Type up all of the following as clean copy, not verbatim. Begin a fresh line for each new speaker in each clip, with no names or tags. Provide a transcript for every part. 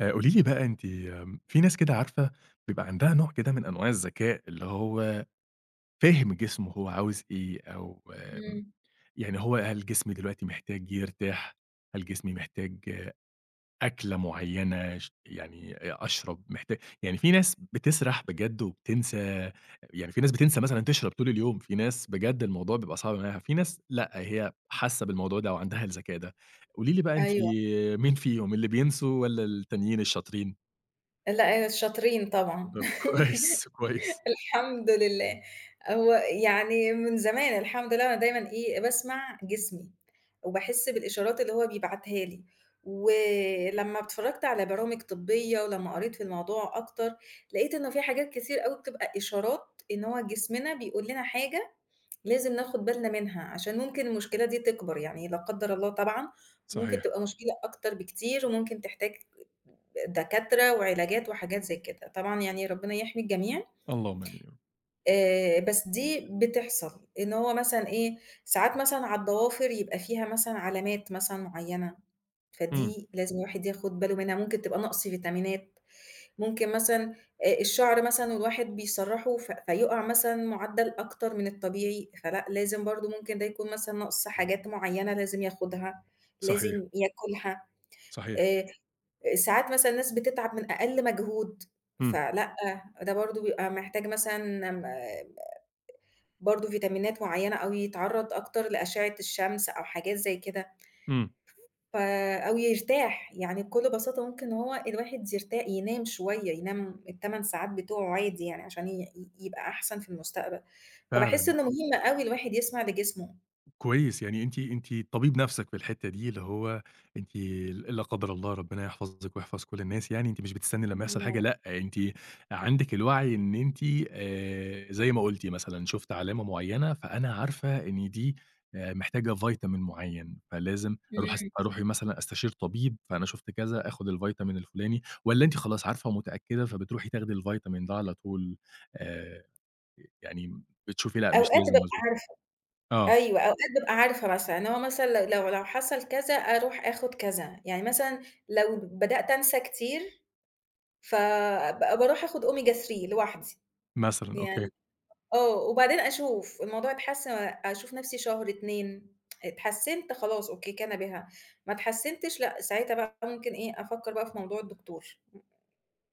قولي لي بقى أنتِ، في ناس كده عارفة بيبقى عندها نوع كده من أنواع الذكاء، اللي هو فاهم جسمه هو عاوز إيه، أو
إمم،
يعني هو هل جسمي دلوقتي محتاج يرتاح، هل جسمي محتاج أكلة معيّنة، يعني أشرب محتاج. يعني في ناس بتسرح بجد وبتنسى، يعني في ناس بتنسى مثلًا تشرب طول اليوم، في ناس بجد الموضوع بيبقى صعب معاها، في ناس لأ، هي حاسة بالموضوع ده وعندها الذكاء ده. قولي لي بقى أنتِ
أيوه.
مين فيهم، اللي بينسوا والّا التانيين الشاطرين؟
لأ، آه، شاطرين طبعًا.
طب كويس، كويس.
الحمد لله. هو يعني من زمان الحمد لله أنا دايمًا إيه، باسمع جسمي، وباحس بالإشارات اللي هو بيبعتها لي، ولمّا اتفرّجت على برامج طبية، ولمّا قريت في الموضوع أكتر، لقيت إنه في حاجات كتير أوي بتبقى إشارات إن هو جسمنا بيقول لنا حاجة لازم ناخد بالنا منها، عشان ممكن المشكلة دي تكبر، يعني لا قدّر الله طبعًا ممكن
صحيح.
تبقى مشكلة أكتر بكتير، وممكن تحتاج دكاترة وعلاجات وحاجات زي كده، طبعًا يعني ربنا يحمي الجميع،
اللهم آمين يا رب.
بس دي بتحصل، إن هو مثلًا إيه، ساعات مثلًا على الضوافر يبقى فيها مثلًا علامات مثلًا معيّنة،
إمم.
فدي لازم الواحد ياخد باله منها، ممكن تبقى نقص فيتامينات. ممكن مثلًا الشعر مثلًا الواحد بيسرّحه فيُقع مثلًا مُعدّل أكتر من الطبيعي، فلأ لازم برضه ممكن ده يكون مثلًا ناقص حاجات معيّنة لازم ياخدها،
صحيح،
لازم ياكلها،
صحيح.
آآ ساعات مثلًا الناس بتتعب من أقل مجهود،
إمم،
فلأ ده برضه بيبقى محتاج مثلًا برضه فيتامينات معيّنة أو يتعرّض أكتر لأشعة الشمس أو حاجات زي كده.
إمم.
ف أو يرتاح، يعني بكل بساطة ممكن هو الواحد ينام شوية، ينام ال8 ساعات بتوعه عادي يعني عشان ي ي يبقى أحسن في المستقبل، فباحس
فعلًا.
إنه مهم أوي الواحد يسمع لجسمه.
كويس، يعني أنتِ طبيب نَفْسك في الحتّة دي، اللي هو أنتِ، لا قدّر الله ربنا يحفظِك ويحفظ كل الناس، يعني أنتِ مش بتستني لمّا يحصل
إمم،
حاجة، لأ، أنتِ عندِك الوعي إن أنتِ زي ما قُلتِ مثلًا شُفت علامة معيّنة، فأنا عارفة إن دي محتاجة فيتامين معيّن، فلازم أروح أروح مثلًا أستشير طبيب، فأنا شُفت كذا، آخُد الفيتامين الفُلاني، والّا أنتِ خلاص عارفة ومتأكدة، فبتروحي تاخدي الفيتامين ده على طول؟ آآ يعني بتشوفي لأ، مش
أوقات
لازم
بابقى
وزن.
عارفة،
آه،
أيوه، أوقات بابقى عارفة مثلًا إن هو مثلًا لو حصل كذا أروح آخد كذا، يعني مثلًا لو بدأت أنسى كتير، فب باروح آخد Omega 3 لوحدي،
مثلًا، أوكي.
يعني آه، وبعدين أشوف الموضوع اتحسن أشوف نفسي شهر 2 اتحسنت خلاص أوكي كَانَ بِهَا، ما اتحسنتش لأ، ساعتها بقى ممكن إيه، أفكّر بقى في موضوع الدكتور.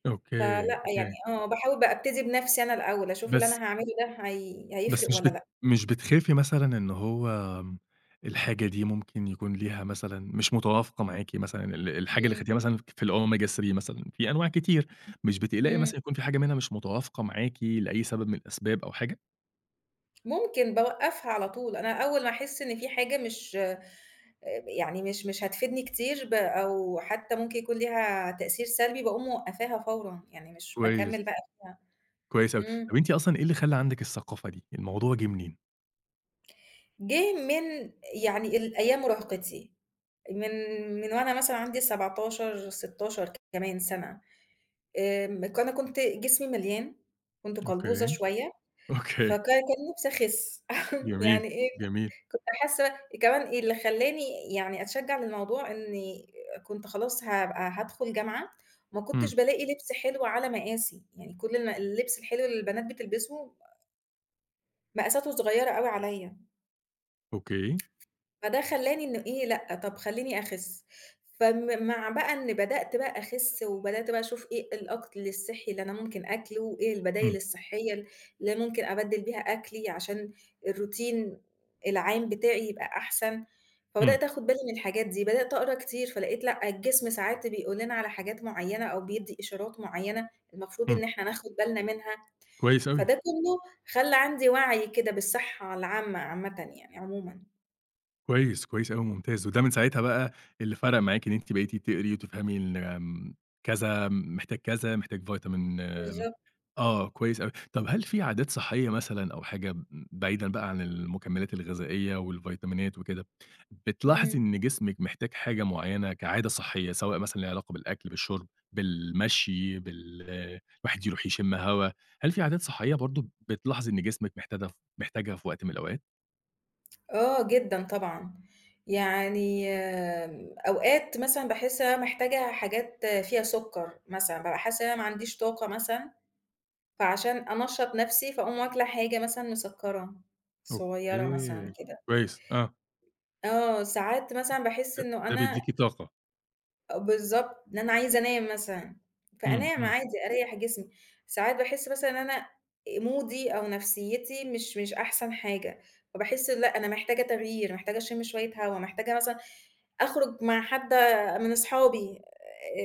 أوكي،
فلأ
أوكي.
يعني آه، باحاول بقى أبتدي بنفسي أنا الأول، أشوف اللي
بس
أنا هاعمله ده هي
بس
هيفرق والّا لأ.
مش بتخافي مثلًا إن هو الحاجة دي ممكن يكون ليها مثلًا مش متوافقة معاكِ، مثلًا الحاجة اللي
إمم،
خدتيها، مثلًا في الOmega 3 مثلًا، في أنواع كتير، مش بتقلقي
إمم،
مثلًا يكون في حاجة منها مش متوافقة معاكِ لأي سبب من الأسباب أو حاجة؟
ممكن باوقّفها على طول، أنا أول ما أحس إن في حاجة مش يعني مش هتفيدني كتير أو حتى ممكن يكون ليها تأثير سلبي، باقوم موقّفاها فورًا، يعني مش
كويس،
باكمّل بقى فيها.
كويس أوي.
إمم.
طب أنتِ أصلًا إيه اللي خلّى عندِك الثقافة دي؟ الموضوع جِه منين؟
جِه من يعني ال أيام مراهقتي، من من وأنا مثلًا عندي 17، 16 كمان سَنة، آمم، ك أنا كنت جسمي مليان، كنت قلبوزة
أوكي،
شوية،
أوكي،
كان نفسي أخِس،
جميل،
يعني إيه،
جميل.
كنت حاسة كمان إيه اللي خلّاني يعني أتشجّع للموضوع إني كنت خلاص هابقى هادخل جامعة، ما كنتش
إمم،
بالاقي لبس حلو على مقاسي، يعني كل اللبس الحلو اللي البنات بتلبسه مقاساته صغيّرة أوي عليّا.
أوكي.
فده خلّاني إنه إيه، لأ، طَب خلّيني أخِس. مع بقى إن بدأت بقى أخِس وبدأت بقى أشوف إيه الأكل الصحّي اللي أنا ممكن أكله وإيه البدايل
إمم،
الصحّية اللي ممكن أبدِّل بيها أكلي عشان الروتين العام بتاعي يبقى أحسن،
إمم،
فبدأت آخُد بالي من الحاجات دي. بدأت أقرا كتير، فلقيت لأ، الجسم ساعات بيقول لنا على حاجات معيّنة أو بيدّي إشارات معيّنة المفروض إن
إمم،
إحنا ناخُد بالنا منها،
كويس أوي.
فده كُلّه خلّى عندي وَعي كده بالصحّة العامة عامةً يعني عمومًا.
كويس، كويس أوي، ممتاز. وده من ساعتها بقى اللي فرق معاكِ إن أنتِ بقيتِ تقري وتفهمي ال آمم، كذا محتاج كذا، محتاج فيتامين. آمم،
بالضبط.
آه، كويس أوي. طب هل في عادات صحية مثلًا أو حاجة، بعيدًا بقى عن المكملات الغذائية والفيتامينات وكده، بتلاحظي
إمم.
إن جسمِك محتاج حاجة معينة كعادة صحية، سواء مثلًا ليها علاقة بالأكل، بالشرب، بالمشي، الواحد يروح يشم هوا، هل في عادات صحية برضه بتلاحظي إن جسمِك محتاجها، محتاجها في وقت من الأوقات؟
آه جدًا طبعًا. يعني أوقات مثلًا باحس إن أنا محتاجة حاجات فيها سُكّر مثلًا، بابقى حاسة إن أنا ما عنديش طاقة مثلًا، فعشان أنشّط نَفْسي فاقوم واكلة حاجة مثلًا مسكّرة، صغيّرة مثلًا
أوكي،
كده.
كويس، آه.
آه، ساعات مثلًا باحس
ده
إنه
ده
أنا
بيدّيكِ طاقة.
بالضبط، إن أنا عايزة أنام مثلًا،
إمم،
فأنام
إمم.
عادي أريّح جسمي. ساعات باحس مثلًا إن أنا مودي أو نفسيتي مش أحسن حاجة، فباحس لأ أنا محتاجة تغيير، محتاجة أشم شوية هوا، محتاجة مثلًا أخرج مع حد من أصحابي،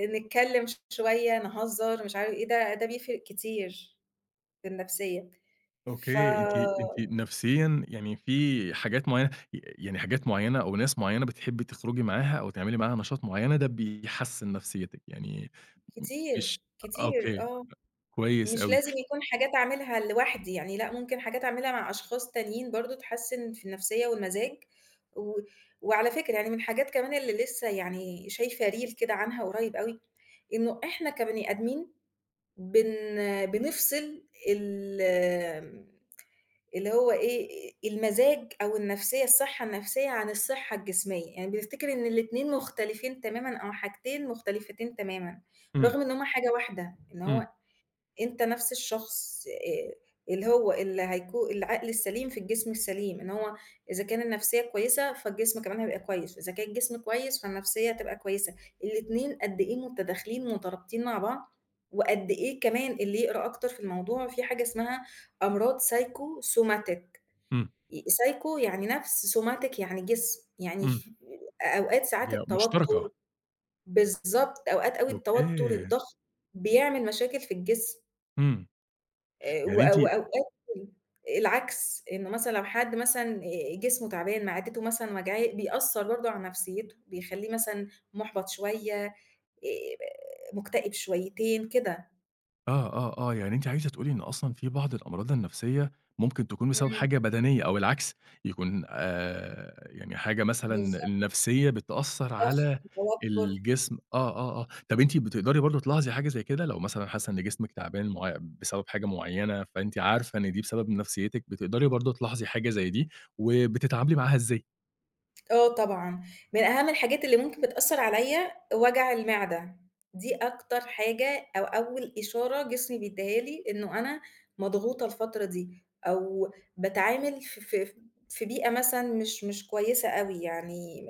نتكلّم شوية، نهزّر، مش عارف إيه، ده بيفرق كتير في النفسية. ف
أوكي، أنتِ، أنتِ نفسيًا يعني في حاجات معيّنة، يعني حاجات معيّنة أو ناس معيّنة بتحبّي تخرجي معاها أو تعملي معاها نشاط معيّنة ده بيحسّن نفسيتِك، يعني م مش.
كتير، كتير
أوكي،
آه.
كويس
مش
أوي.
لازم يكون حاجات أعملها لوحدي يعني لأ، ممكن حاجات أعملها مع أشخاص تانيين برضه تحسّن في النفسية والمزاج و وعلى فكرة يعني من الحاجات كمان اللي لسّه يعني شايفة reel كده عنها قريّب أوي، إنه إحنا كبني آدمين بن بنفصل ال اللي هو إيه، المزاج أو النفسية الصحّة النفسية عن الصحّة الجسمية، يعني بنفتكر إن الاتنين مختلفين تمامًا أو حاجتين مختلفتين تمامًا،
إمم،
رغم إن هُم حاجة واحدة، إن
إمم،
هو أنت نفس الشخص اللي هو اللي هيكو العقل السليم في الجسم السليم، إن هو إذا كان النفسية كويسة فالجسم كمان هيبقى كويس، إذا كان الجسم كويس فالنفسية هتبقى كويسة، الاتنين قد إيه متداخلين مترابطين مع بعض، وقد إيه كمان اللي يقرا أكتر في الموضوع في حاجة اسمها أمراض psychosomatic
إمم،
psycho يعني نَفْس somatic يعني جسم، يعني
إمم.
أوقات ساعات
هي مشتركة.
التوتُّر بالضبط، أوقات أوي التوتُّر،
أوكي.
الضغط، بيعمل مشاكل في الجسم
إمم. يعني
وأ
أنتِ،
وأوقات العكس، إنه مثلًا لو حد مثلًا جسمه تعبان، معدته مثلًا وجعاه، بيأثّر برضه على نَفْسيته، بيخلّيه مثلًا مُحبَط شوية، مُكتئب شويتين كده.
آه، آه، آه، يعني أنتِ عايزة تقولي إن أصلًا في بعض الأمراض النفسية ممكن تكون بسبب
إمم،
حاجة بدنية، أو العكس، يكون يعني حاجة مثلًا
بالضبط،
النفسية بتأثّر على
ضغط، توتُّر.
الجسم. آه، آه، آه، طَب أنتِ بتقدري برضه تلاحظي حاجة زي كده؟ لو مثلًا حاسة إن جسمِك تعبان معي بسبب حاجة معيّنة، فأنتِ عارفة إن دي بسبب نفسيتِك، بتقدري برضه تلاحظي حاجة زي دي، وبتتعاملي معاها إزاي؟
آه طبعًا، من أهم الحاجات اللي ممكن بتأثّر عليَّ وجع المعدة، دي أكتر حاجة أو أول إشارة جسمي بيدّيها لي إنه أنا مضغوطة الفترة دي، أو باتعامل ف ف في بيئة مثلًا مش كويسة أوي يعني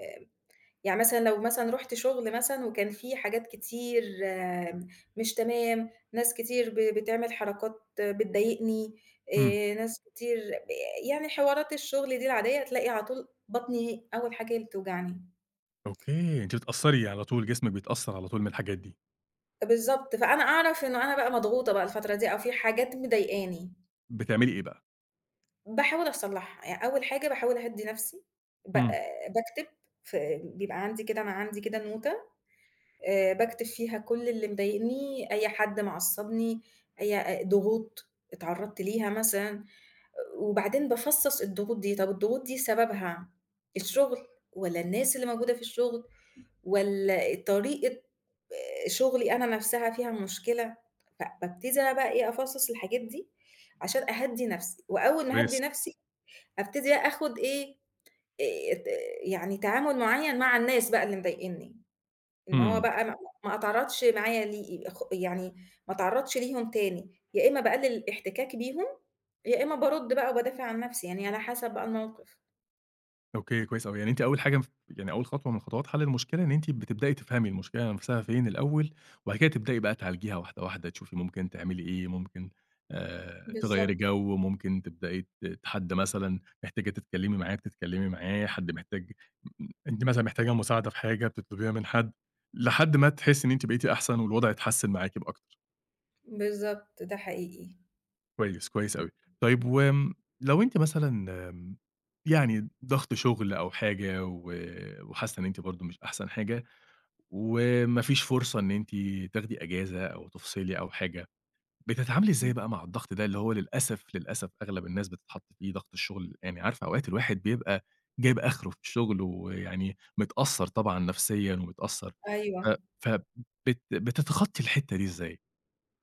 يعني مثلًا لو مثلًا رُحت شغل مثلًا وكان في حاجات كتير مش تمام، ناس كتير بتعمل حركات بتضايقني،
إمم.
ناس كتير ب يعني حوارات الشغل دي العادية، تلاقي على طول بطني أول حاجة هي اللي بتوجعني.
أوكي، أنتِ بتأثّري على طول، جسمِك بيتأثّر على طول من الحاجات دي.
بالضبط، فأنا أعرف إنه أنا بقى مضغوطة بقى الفترة دي أو في حاجات مضايقاني،
بتعملي إيه بقى؟
باحاول أصلّحها. يعني أول حاجة باحاول أهدّي نَفْسي، ب
إمم،
باكتب ف بيبقى عندي كده أنا عندي كده نوتة باكتب فيها كل اللي مضايقني، أي حد معصّبني، أي ضغوط اتعرّضت ليها مثلًا، وبعدين بافصّص الضغوط دي، طب الضغوط دي سببها الشغل والّا الناس اللي موجودة في الشغل والّا طريقة شغلي أنا نَفْسها فيها مشكلة، فبابتدي أنا بقى إيه، أفصّص الحاجات دي عشان أهدّي نَفْسي، وأول ما
كويس،
أهدّي نَفْسي أبتدي آخُد إيه، ت يعني تعامل معيّن مع الناس بقى اللي مضايقني. إن هو
إمم.
بقى ما اتعرّضش معايا ليه يعني ما اتعرّضش ليهم تاني، يا إمّا باقلل احتكاكي بيهم، يا إمّا بارُد بقى وبادافع عن نَفْسي، يعني على حسب بقى الموقِف.
أوكي، كويس أوي. يعني أنتِ أول حاجة، يعني أول خطوة من خطوات حل المشكلة إن أنتِ بتبدئي تفهمي المشكلة نفسها فين الأول، وبعد كده تبدئي بقى تعالجيها واحدة، واحدة، تشوفي ممكن تعملي إيه، ممكن تغيّري
بالضبط،
جو، ممكن تبدئي حد مثلًا محتاجة تتكلّمي معاه بتتكلّمي معاه، حد محتاج، أنتِ مثلًا محتاجة مساعدة في حاجة بتطلبيها من حد، لحد ما تحسّي إن أنتِ بقيتِ أحسن والوضع يتحسّن معاكِ أكتر.
بالضبط، ده حقيقي.
كويس، كويس
إمم،
أوي. طيب، وآمم لو أنتِ مثلًا آمم يعني ضغط شغل أو حاجة، و وحاسة إن أنتِ برضه مش أحسن حاجة، وما فيش فرصة إن أنتِ تاخدي أجازة أو تفصلي أو حاجة، بتتعاملي إزاي
إمم،
بقى مع الضغط ده؟ اللي هو للأسف، للأسف أغلب الناس بتتحط فيه، ضغط الشغل. يعني عارفة أوقات الواحد بيبقى جايب آخره في الشغل ويعني متأثّر طبعًا نفسيًا ومتأثّر،
أيوه.
ف فبت بتتخطّي الحتّة دي إزاي؟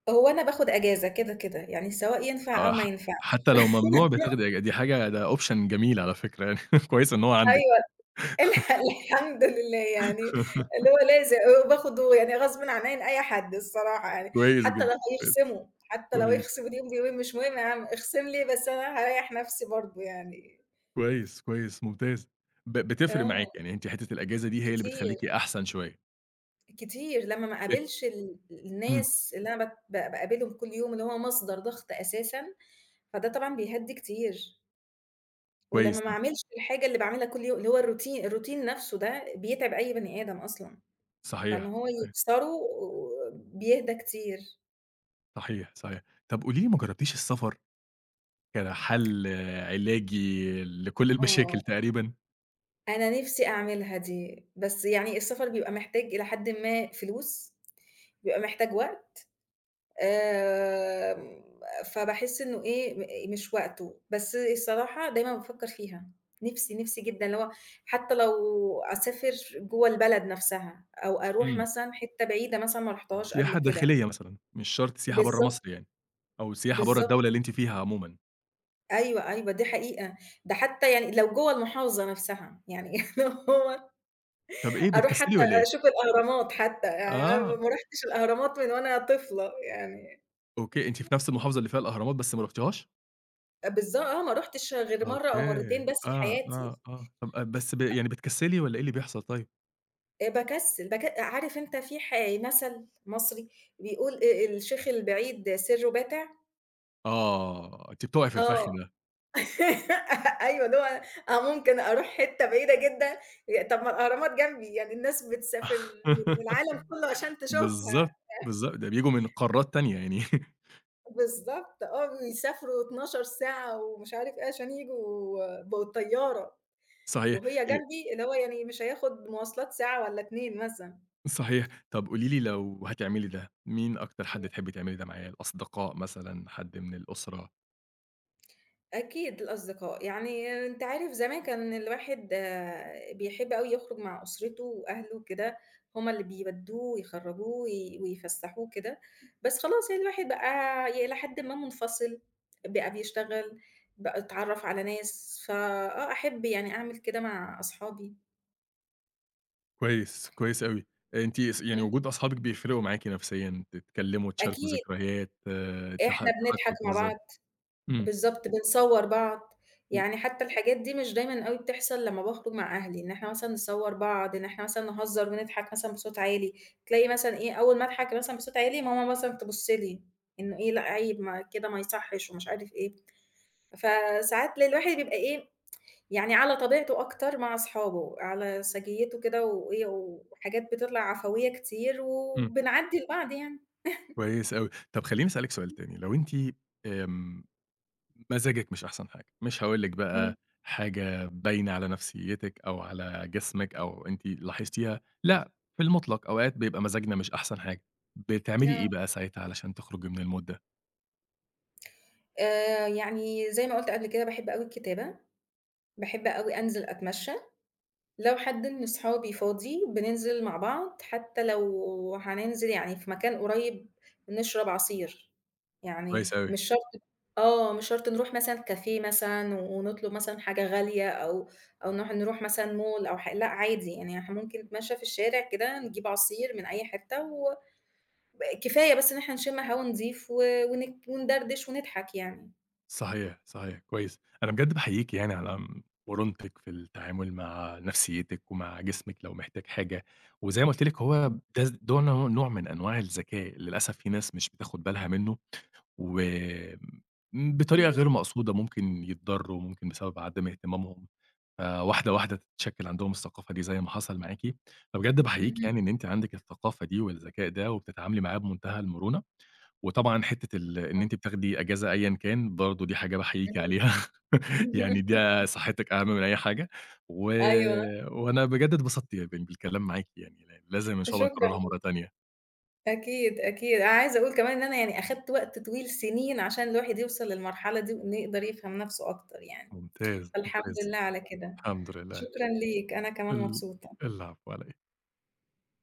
هو أنا باخُد أجازة كده، كده، يعني سواء ينفع أو
آه،
ما ينفعش.
حتّى لو ممنوع بتاخدي، دي حاجة، ده option جميل على فكرة يعني كويس إن هو عندِك.
أيوه. الح الحمد لله يعني اللي هو لازم وباخده يعني غصبٍ عن عين أي حد الصراحة يعني،
كويس
حتى لو
جدًا، كويس،
هيخصموا، حتى لو
كويس،
يخصموا اليوم بيومين مش مهم يا عم اخصم لي بس أنا هاريّح نفسي برضه يعني.
كويس، كويس، ممتاز. بتفرق
آه،
معاكِ، يعني أنتِ، حتّة الأجازة دي هي اللي
كتير،
بتخلّيكِ أحسن شوية.
كتير لمّا ما
بت
اقابلش
إمم،
الناس اللي أنا بت ب باقابلهم كل يوم اللي هو مصدر ضغط أساسًا، فده طبعًا بيهدّي كتير، ولمّا
كويس.
ما
طب
اعملش الحاجة اللي باعملها كل يوم اللي هو الروتين الروتين نفسه ده بيتعب أي بني آدم أصلًا. فإن
صحيح،
هو
صحيح،
يكسره بيهدى كتير.
صحيح، صحيح. طب قولي لي، ما جرّبتيش السفر كحَل علاجي لكل
آه.
المشاكل تقريبًا؟
أنا نِفْسي أعملها دي، بس يعني السفر بيبقى محتاج إلى حدٍ ما فلوس، بيبقى محتاج وقت، آمم، فباحس إنه إيه، مش وقته، بس الصراحة دايمًا بافكّر فيها، نِفْسي، نِفْسي جدًا اللي هو حتى لو أسافر جوّه البلد نَفْسها أو أروح
إمم،
مثلًا حتّة بعيدة مثلًا ما رُحتهاش قبل
سياحة
كده.
داخلية مثلًا، مش شرط سياحة برّه
بالضبط،
مصر يعني، أو سياحة برّه
بالضبط.
الدولة اللي أنتِ فيها عمومًا.
أيوه، أيوه، دي حقيقة، ده حتى يعني لو جوّه المحافظة نفسها، يعني اللي هو
طب إيه،
أروح
بتكسّلي
حتى
والّا إيه؟
أشوف الأهرامات حتى، يعني أنا
آه.
ما رُحتش الأهرامات من وأنا طفلة يعني
أوكي، أنتِ في نفس المحافظة اللي فيها الأهرامات بس ما رُحتيهاش؟
آه، ما رُحتش غير مرّة
أوكي،
أو مرّتين بس في
آه،
حياتي،
آه، آه. طب، بس يعني بتكسلي والّا إيه اللي بيحصل طيب؟
باكسّل عارف أنت في مَثَل مصري بيقول الشيخ البعيد سِرُّه بَاتِع،
آه، أنتِ بتُقعي في الفخ
آه،
ده.
أيوه، اللي هو آه، ممكن أروح حتّة بعيدة جدًا، طَب ما الأهرامات جنبي، يعني الناس بتسافر من العالم كُلّه عشان
بالضبط،
تشوفها.
بالضبط، ده بييجوا من قارات تانية يعني
بالضبط آه، ويسافروا 12 ساعة ومش عارف إيه عشان ييجوا بالطيارة،
صحيح.
وهي
آآ
جنبي اللي هو يعني مش هياخد مواصلات ساعة والّا 2 مثلًا.
صحيح. طب قولي لي، لو هتعملي ده، مين أكتر
إمم.
حد تحبّي تعملي ده معاه، الأصدقاء مثلًا، حد من الأسرة؟
أكيد الأصدقاء، يعني أنت عارف زمان كان الواحد آه، بيحب أوي يخرج مع أسرته وأهله وكده، هُم اللي بيودّوه ويخرّجوه ويفسّحوه كده، بس خلاص يعني الواحد بقى إلى حدٍ ما منفصل، بقى بيشتغل، بقى اتعرّف على ناس، فآه أحب يعني أعمل كده مع أصحابي.
كويس، كويس أوي. أنتِ أص يعني وجود أصحابِك بيفرقوا معاكِ نفسيًا، تتكلّموا، تشاركوا
أكيد،
ذكريات، آه،
إحنا بنضحك
تضحكوا،
مع
تهزروا.
بعض،
إمم،
بالضبط، بنصوّر بعض،
و
يعني حتى الحاجات دي مش دايمًا أوي بتحصل لمّا باخرج مع أهلي، إن إحنا مثلًا نصوّر بعض، إن إحنا مثلًا نهزّر ونضحك مثلًا بصوت عالي، تلاقي مثلًا إيه، أول ما أضحك مثلًا بصوت عالي ماما مثلًا تبُص لي، إنه إيه، لأ عيب ما كده ما يصحّش ومش عارف إيه، فساعات الواحد بيبقى إيه، يعني على طبيعته أكتر مع أصحابه، على سجيته كده وإيه، وحاجات بتطلع عفوية كتير
إمم.
وبنعدّي لبعض يعني،
كويس أوي. طب خلّيني أسألِك سؤال تاني، لو أنتِ آمم، مزاجِك مش أحسن حاجة، مش هاقول لِك
إمم،
بقى حاجة باينة على نفسيتِك أو على جسمِك أو أنتِ لاحظتيها، لأ، في المطلق أوقات بيبقى مزاجنا مش أحسن حاجة، بتعملي إيه
آه.
بقى ساعتها علشان تخرجي من المود ده؟
يعني زي ما قُلت قبل كده باحب أوي الكتابة، باحب أوي أنزل أتمشى، لو حد من أصحابي فاضي بننزل مع بعض، حتى لو هننزل يعني في مكان قريب نشرب عصير، يعني
كويس أوي.
مش شرط آه، مش شرط نروح مثلًا كافيه مثلًا ونطلب مثلًا حاجة غالية أو نروح مثلًا مول أو لأ عادي، يعني إحنا ممكن نتمشى في الشارع كده نجيب عصير من أي حتة كفاية بس إن إحنا نشم هوا نضيف و ونك وندردش ونضحك يعني.
صحيح، صحيح، كويس. أنا بجد باحييكِ يعني على مرونتِك في التعامل مع نفسيتِك ومع جسمِك لو محتاج حاجة، وزي ما قُلت لِك هو ده ده نوع من أنواع الذكاء، للأسف في ناس مش بتاخد بالها منه، وآمم بطريقة غير
بالضبط.
مقصودة ممكن يتضرّوا، ممكن بسبب عدم اهتمامهم، فواحدة، واحدة واحده تتشكِّل عندهم الثقافة دي زي ما حصل معاكِ، فبجد باحييكِ
اهم.
يعني إن أنتِ عندِك الثقافة دي والذكاء ده وبتتعاملي معاه بمنتهى المرونة. وطبعًا حتّة إن أنتِ بتاخدي أجازة أيًا كان، برضه دي حاجة
آه،
باحييكِ عليها.
إمم.
يعني ده صحتِك أهم من أي حاجة، و
أيوه،
وأنا بجد اتبسطت بالكلام معاكِ، يعني لازم إن شاء الله نكررها
شكرًا.
مرّة تانية.
أكيد، أكيد. أنا عايزة أقول كمان إن أنا يعني أخدت وقت طويل سنين عشان الواحد يوصل للمرحلة دي وإنه يقدر يفهم نَفْسه أكتر يعني،
ممتاز،
فالحمد
ممتاز.
لله على كده.
الحمد لله.
شكرًا ليك، أنا كمان
ال
مبسوطة.
العفو على إيه.